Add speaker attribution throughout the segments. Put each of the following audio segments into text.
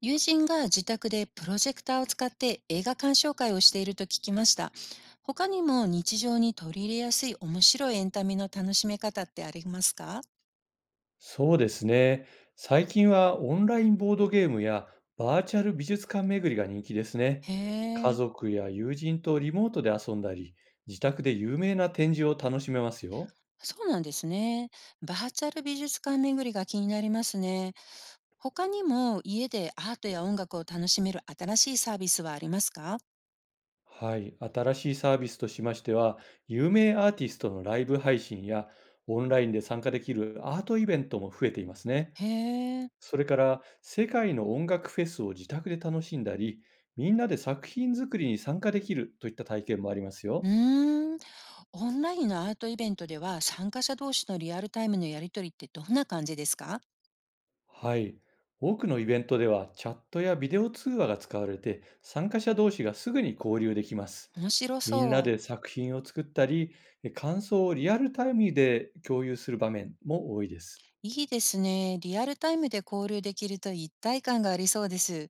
Speaker 1: 友人が自宅でプロジェクターを使って映画鑑賞会をしていると聞きました。他にも日常に取り入れやすい面白いエンタメの楽しめ方ってありますか？
Speaker 2: そうですね。最近はオンラインボードゲームやバーチャル美術館巡りが人気ですね。
Speaker 1: へ
Speaker 2: 家
Speaker 1: え、
Speaker 2: 族や友人とリモートで遊んだり、自宅で有名な展示を楽しめますよ。
Speaker 1: そうなんですね。バーチャル美術館巡りが気になりますね。他にも家でアートや音楽を楽しめる新しいサービスはありますか？
Speaker 2: はい。新しいサービスとしましては、有名アーティストのライブ配信やオンラインで参加できるアートイベントも増えていますね。
Speaker 1: へえ。
Speaker 2: それから、世界の音楽フェスを自宅で楽しんだり、みんなで作品作りに参加できるといった体験もあります
Speaker 1: う
Speaker 2: よ。
Speaker 1: ーん、オンラインのアートイベントでは参加者同士のリアルタイムのやりとりってどんな感じですか？
Speaker 2: はい。多くのイベントではチャットやビデオ通話が使われて、参加者同士がすぐに交流できます。
Speaker 1: 面白
Speaker 2: みんな
Speaker 1: そう。
Speaker 2: で作品を作ったり、感想をリアルタイムで共有する場面も多いです。
Speaker 1: いいですね。リアルタイムで交流できると一体感がありそうです。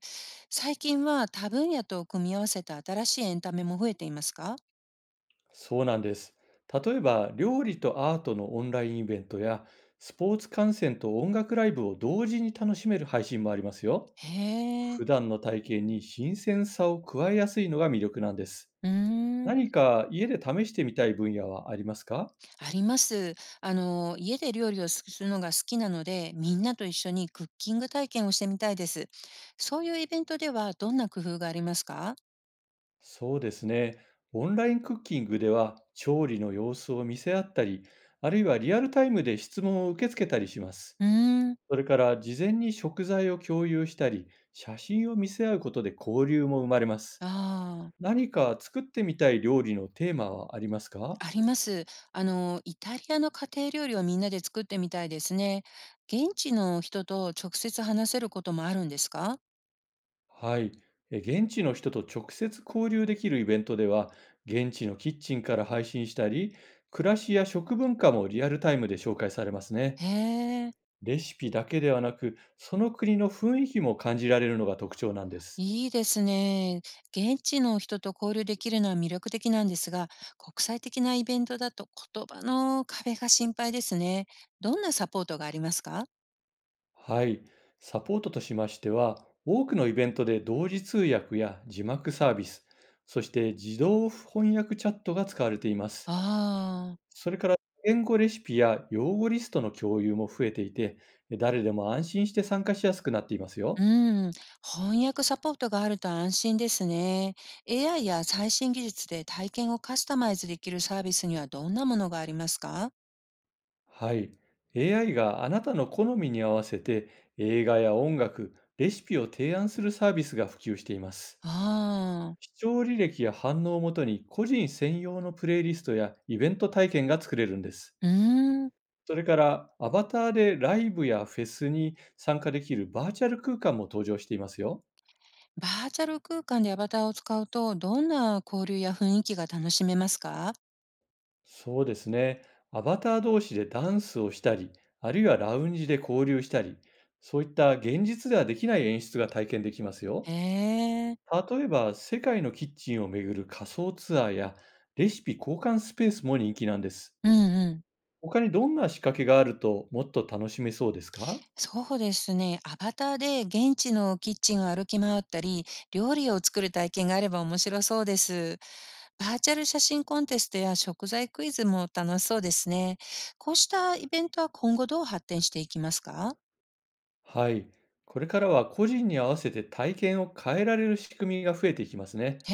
Speaker 1: 最近は多分野と組み合わせた新しいエンタメも増えていますか？
Speaker 2: そうなんです。例えば、料理とアートのオンラインイベントや、スポーツ観戦と音楽ライブを同時に楽しめる配信もありますよ。
Speaker 1: へえ。
Speaker 2: 普段の体験に新鮮さを加えやすいのが魅力なんです。
Speaker 1: うーん、
Speaker 2: 何か家で試してみたい分野はありますか？
Speaker 1: あります。あの、家で料理をするのが好きなので、みんなと一緒にクッキング体験をしてみたいです。そういうイベントではどんな工夫がありますか？
Speaker 2: そうですね。オンラインクッキングでは調理の様子を見せ合ったり、あるいはリアルタイムで質問を受け付けたりします。
Speaker 1: うーん、
Speaker 2: それから事前に食材を共有したり、写真を見せ合うことで交流も生まれます。
Speaker 1: ああ。
Speaker 2: 何か作ってみたい料理のテーマはありますか？
Speaker 1: あります。あの、イタリアの家庭料理をみんなで作ってみたいですね。現地の人と直接話せることもあるんですか？
Speaker 2: はい。現地の人と直接交流できるイベントでは、現地のキッチンから配信したり、暮らしや食文化もリアルタイムで紹介されますね。
Speaker 1: へえ、
Speaker 2: レシピだけではなく、その国の雰囲気も感じられるのが特徴なんです。
Speaker 1: いいですね。現地の人と交流できるのは魅力的なんですが、国際的なイベントだと言葉の壁が心配ですね。どんなサポートがありますか？
Speaker 2: はい。サポートとしましては、多くのイベントで同時通訳や字幕サービス、そして自動翻訳チャットが使われています。
Speaker 1: ああー。
Speaker 2: それから、言語レシピや用語リストの共有も増えていて、誰でも安心して参加しやすくなっています
Speaker 1: う
Speaker 2: よ。
Speaker 1: ーん、翻訳サポートがあると安心ですね。AI や最新技術で体験をカスタマイズできるサービスにはどんなものがありますか？
Speaker 2: はい。AI があなたの好みに合わせて映画や音楽、レシピを提案するサービスが普及しています。
Speaker 1: ああ。
Speaker 2: 視聴履歴や反応をもとに個人専用のプレイリストやイベント体験が作れるんです。
Speaker 1: うーん。
Speaker 2: それからアバターでライブやフェスに参加できるバーチャル空間も登場していますよ。
Speaker 1: バーチャル空間でアバターを使うと、どんな交流や雰囲気が楽しめますか？
Speaker 2: そうですね。アバター同士でダンスをしたり、あるいはラウンジで交流したり、そういった現実ではできない演出が体験できますよ。
Speaker 1: へえ、
Speaker 2: 例えば世界のキッチンを巡る仮想ツアーやレシピ交換スペースも人気なんです。
Speaker 1: うんうん。
Speaker 2: 他にどんな仕掛けがあるともっと楽しめそうですか？
Speaker 1: そうですね。アバターで現地のキッチンを歩き回ったり、料理を作る体験があれば面白そうです。バーチャル写真コンテストや食材クイズも楽しそうですね。こうしたイベントは今後どう発展していきますか？
Speaker 2: はい。これからは個人に合わせて体験を変えられる仕組みが増えていきますね。
Speaker 1: へ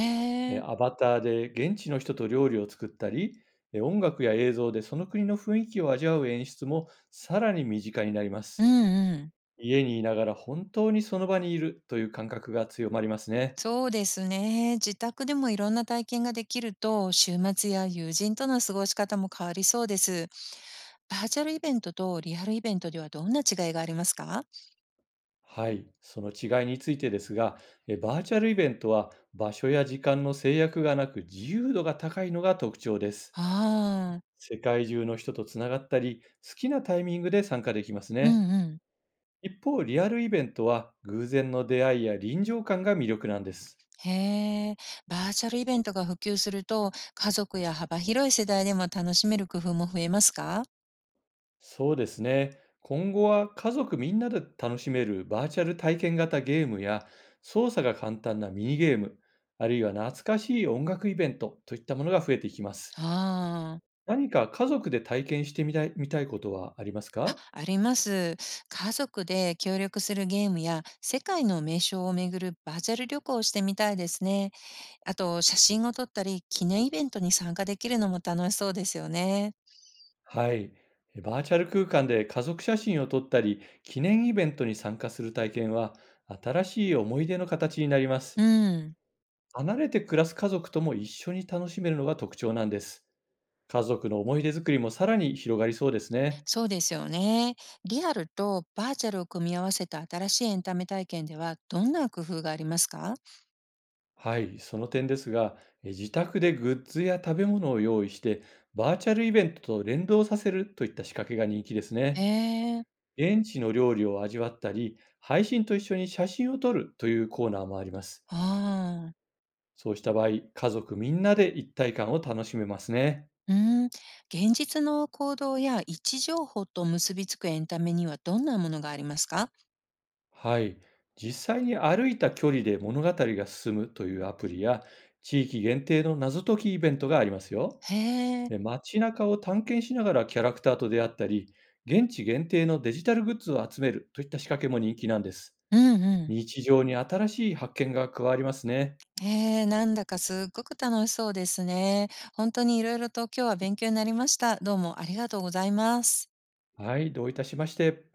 Speaker 2: ア
Speaker 1: え。
Speaker 2: バターで現地の人と料理を作ったり、音楽や映像でその国の雰囲気を味わう演出もさらに身近になりま
Speaker 1: う
Speaker 2: す。
Speaker 1: んうん。
Speaker 2: 家にいながら本当にその場にいるという感覚が強まりますね。
Speaker 1: そうですね。自宅でもいろんな体験ができると、週末や友人との過ごし方も変わりそうです。バーチャルイベントとリアルイベントではどんな違いがありますか？
Speaker 2: はい、その違いについてですが、バーチャルイベントは場所や時間の制約がなく自由度が高いのが特徴です。
Speaker 1: ああ、
Speaker 2: 世界中の人とつながったり、好きなタイミングで参加できます
Speaker 1: う
Speaker 2: ね。
Speaker 1: んうん。
Speaker 2: 一方、リアルイベントは偶然の出会いや臨場感が魅力なんです。
Speaker 1: へえ、バーチャルイベントが普及すると、家族や幅広い世代でも楽しめる工夫も増えますか？
Speaker 2: そうですね。今後は家族みんなで楽しめるバーチャル体験型ゲームや操作が簡単なミニゲーム、あるいは懐かしい音楽イベントといったものが増えていきます。
Speaker 1: ああ、
Speaker 2: 何か家族で体験してみたいみたいことはあります
Speaker 1: あ、
Speaker 2: か？
Speaker 1: あります。家族で協力するゲームや世界の名所を巡るバーチャル旅行をしてみたいですね。あと、写真を撮ったり、記念イベントに参加できるのも楽しそうですよね。
Speaker 2: はい。バーチャル空間で家族写真を撮ったり、記念イベントに参加する体験は、新しい思い出の形になりま
Speaker 1: う
Speaker 2: す。
Speaker 1: ん、
Speaker 2: 離れて暮らす家族とも一緒に楽しめるのが特徴なんです。家族の思い出作りもさらに広がりそうですね。
Speaker 1: そうですよね。リアルとバーチャルを組み合わせた新しいエンタメ体験ではどんな工夫がありますか？
Speaker 2: はい、その点ですが、自宅でグッズや食べ物を用意して、バーチャルイベントと連動させるといった仕掛けが人気です
Speaker 1: へ
Speaker 2: ね。
Speaker 1: え、
Speaker 2: 現地の料理を味わったり、配信と一緒に写真を撮るというコーナーもあります。
Speaker 1: ああ、
Speaker 2: そうした場合、家族みんなで一体感を楽しめますね。
Speaker 1: うん。現実の行動や位置情報と結びつくエンタメにはどんなものがありますか？
Speaker 2: はい。実際に歩いた距離で物語が進むというアプリや、地域限定の謎解きイベントがありますよ。
Speaker 1: へえ。
Speaker 2: 街中を探検しながらキャラクターと出会ったり、現地限定のデジタルグッズを集めるといった仕掛けも人気なんです。
Speaker 1: うんうん。
Speaker 2: 日常に新しい発見が加わりますね。
Speaker 1: へえ、なんだかすっごく楽しそうですね。本当にいろいろと今日は勉強になりました。どうもありがとうございます。
Speaker 2: はい、どういたしまして。